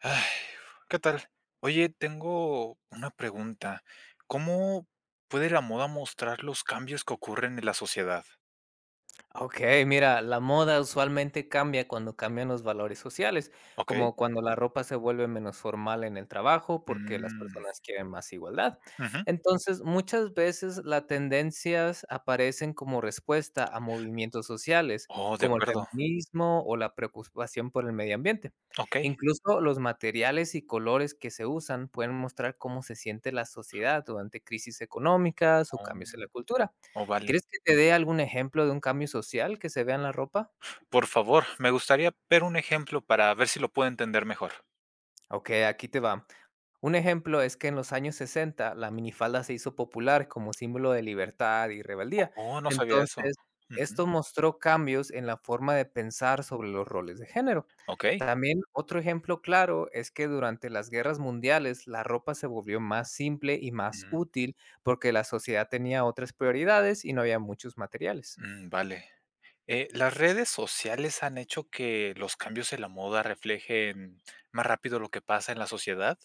Ay, ¿qué tal? Oye, tengo una pregunta. ¿Cómo puede la moda mostrar los cambios que ocurren en la sociedad? Okey, mira, la moda usualmente cambia cuando cambian los valores sociales, ¿Ok? como cuando la ropa se vuelve menos formal en el trabajo porque las Mm, personas quieren más igualdad. ujú. Entonces, muchas veces las tendencias aparecen como respuesta a movimientos sociales, Oh, de como el acuerdo. feminismo o la preocupación por el medio ambiente. Ok. Incluso los materiales y colores que se usan pueden mostrar cómo se siente la sociedad durante crisis económicas o cambios en la Oh, cultura. oh, vale. ¿Crees que te dé algún ejemplo de un cambio social que se vea en la ropa? Por favor, me gustaría ver un ejemplo para ver si lo puedo entender mejor. Okey, aquí te va. Un ejemplo es que en los años 60 la minifalda se hizo popular como símbolo de libertad y rebeldía. Oh, no sabía eso. Entonces, Ujú. esto mostró cambios en la forma de pensar sobre los roles de género. Ok. También otro ejemplo claro es que durante las guerras mundiales la ropa se volvió más simple y más Mm, útil porque la sociedad tenía otras prioridades y no había muchos materiales. mm, vale. ¿Las redes sociales han hecho que los cambios en la moda reflejen más rápido lo que pasa en la sociedad?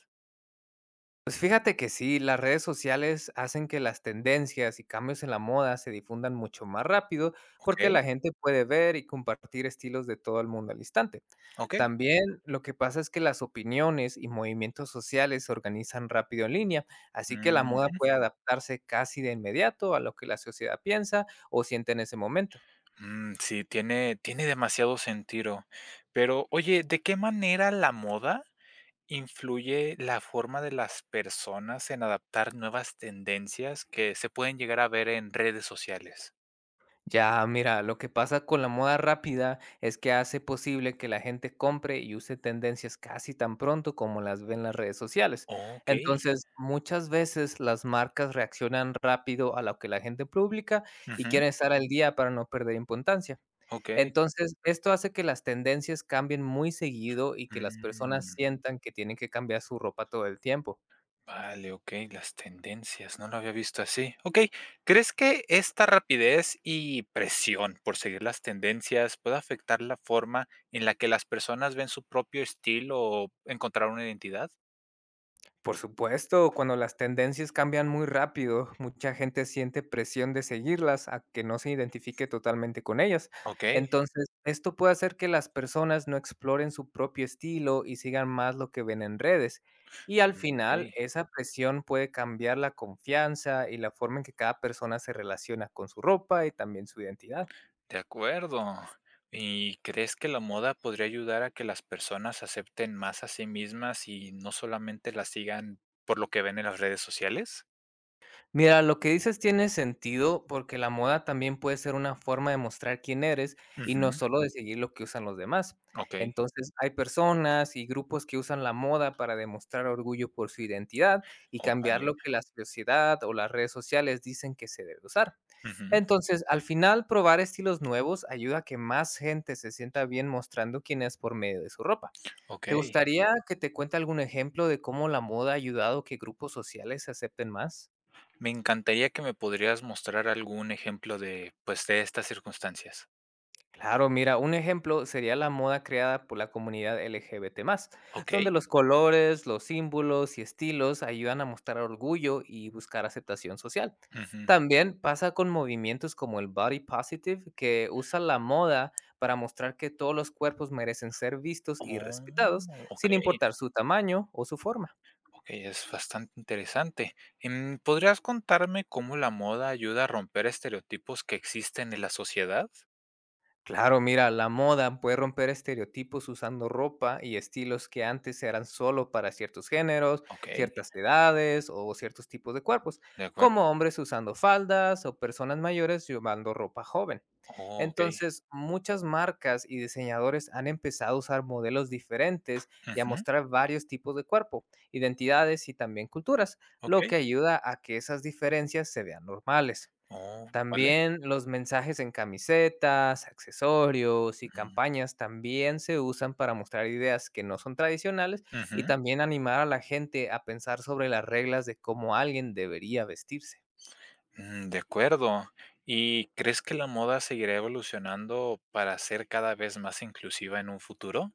Pues fíjate que sí, las redes sociales hacen que las tendencias y cambios en la moda se difundan mucho más rápido Ok. porque la gente puede ver y compartir estilos de todo el mundo al instante. Ok. También lo que pasa es que las opiniones y movimientos sociales se organizan rápido en línea, así que la Mm, moda puede adaptarse casi de inmediato a lo que la sociedad piensa o siente en ese momento. mm, sí, tiene demasiado sentido. Pero, oye, ¿de qué manera la moda influye la forma de las personas en adaptar nuevas tendencias que se pueden llegar a ver en redes sociales? Ya, mira, lo que pasa con la moda rápida es que hace posible que la gente compre y use tendencias casi tan pronto como las ve en las redes sociales. Ok, Entonces, muchas veces las marcas reaccionan rápido a lo que la gente publica y ujú, quieren estar al día para no perder importancia. ok. Entonces, esto hace que las tendencias cambien muy seguido y que las personas Mm. sientan que tienen que cambiar su ropa todo el tiempo. Vale, ok, las tendencias, no lo había visto así. Ok, ¿crees que esta rapidez y presión por seguir las tendencias puede afectar la forma en la que las personas ven su propio estilo o encontrar una identidad? Por supuesto, cuando las tendencias cambian muy rápido, mucha gente siente presión de seguirlas a que no se identifique totalmente con ellas. Ok, Entonces, esto puede hacer que las personas no exploren su propio estilo y sigan más lo que ven en redes. Y al mm, ok, final, esa presión puede cambiar la confianza y la forma en que cada persona se relaciona con su ropa y también su identidad. de acuerdo. ¿Y crees que la moda podría ayudar a que las personas acepten más a sí mismas y no solamente las sigan por lo que ven en las redes sociales? Mira, lo que dices tiene sentido porque la moda también puede ser una forma de mostrar quién eres y Ujú, no solo de seguir lo que usan los demás. ok, Entonces, hay personas y grupos que usan la moda para demostrar orgullo por su identidad y oh, cambiar vale, lo que la sociedad o las redes sociales dicen que se debe usar. ujú, Entonces, al final, probar estilos nuevos ayuda a que más gente se sienta bien mostrando quién es por medio de su ropa. ok. ¿Te gustaría que te cuente algún ejemplo de cómo la moda ha ayudado a que grupos sociales se acepten más? Me encantaría que me podrías mostrar algún ejemplo de, pues, de estas circunstancias. Claro, mira, un ejemplo sería la moda creada por la comunidad LGBT+, ¿Ok? donde los colores, los símbolos y estilos ayudan a mostrar orgullo y buscar aceptación social. Ujú. También pasa con movimientos como el body positive, que usa la moda para mostrar que todos los cuerpos merecen ser vistos y Oh, respetados, ok, sin importar su tamaño o su forma. ok, es bastante interesante. ¿Podrías contarme cómo la moda ayuda a romper estereotipos que existen en la sociedad? Claro, mira, la moda puede romper estereotipos usando ropa y estilos que antes eran solo para ciertos géneros, ¿Ok? ciertas edades o ciertos tipos de cuerpos, De acuerdo. como hombres usando faldas o personas mayores llevando ropa joven. Oh, okey. Entonces, muchas marcas y diseñadores han empezado a usar modelos diferentes y a Ujú, mostrar varios tipos de cuerpo, identidades y también culturas, lo okey. que ayuda a que esas diferencias se vean normales. Oh, vale. También los mensajes en camisetas, accesorios y Ujú. campañas también se usan para mostrar ideas que no son tradicionales y Ujú. también animar a la gente a pensar sobre las reglas de cómo alguien debería vestirse. Mm, de acuerdo. ¿Y crees que la moda seguirá evolucionando para ser cada vez más inclusiva en un futuro?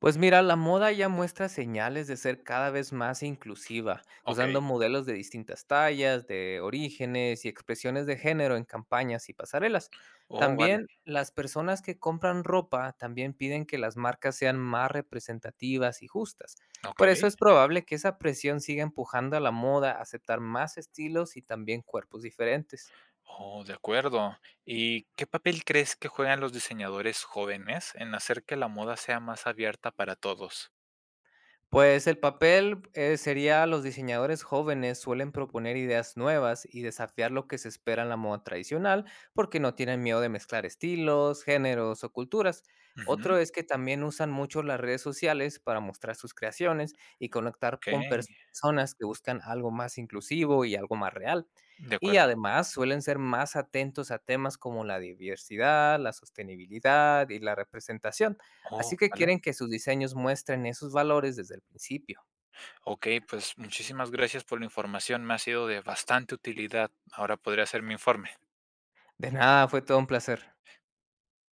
Pues mira, la moda ya muestra señales de ser cada vez más inclusiva, ¿Ok? usando modelos de distintas tallas, de orígenes y expresiones de género en campañas y pasarelas. Oh, vale. También las personas que compran ropa también piden que las marcas sean más representativas y justas. Por eso Okey. es probable que esa presión siga empujando a la moda a aceptar más estilos y también cuerpos diferentes. Oh, de acuerdo. ¿Y qué papel crees que juegan los diseñadores jóvenes en hacer que la moda sea más abierta para todos? Pues el papel sería los diseñadores jóvenes suelen proponer ideas nuevas y desafiar lo que se espera en la moda tradicional porque no tienen miedo de mezclar estilos, géneros o culturas. Ujú. Otro es que también usan mucho las redes sociales para mostrar sus creaciones y conectar con Okey. personas que buscan algo más inclusivo y algo más real. De Y acuerdo. además suelen ser más atentos a temas como la diversidad, la sostenibilidad y la representación. Así Oh, que vale. quieren que sus diseños muestren esos valores desde el principio. Okey, pues muchísimas gracias por la información, me ha sido de bastante utilidad. Ahora podré hacer mi informe. De nada, fue todo un placer.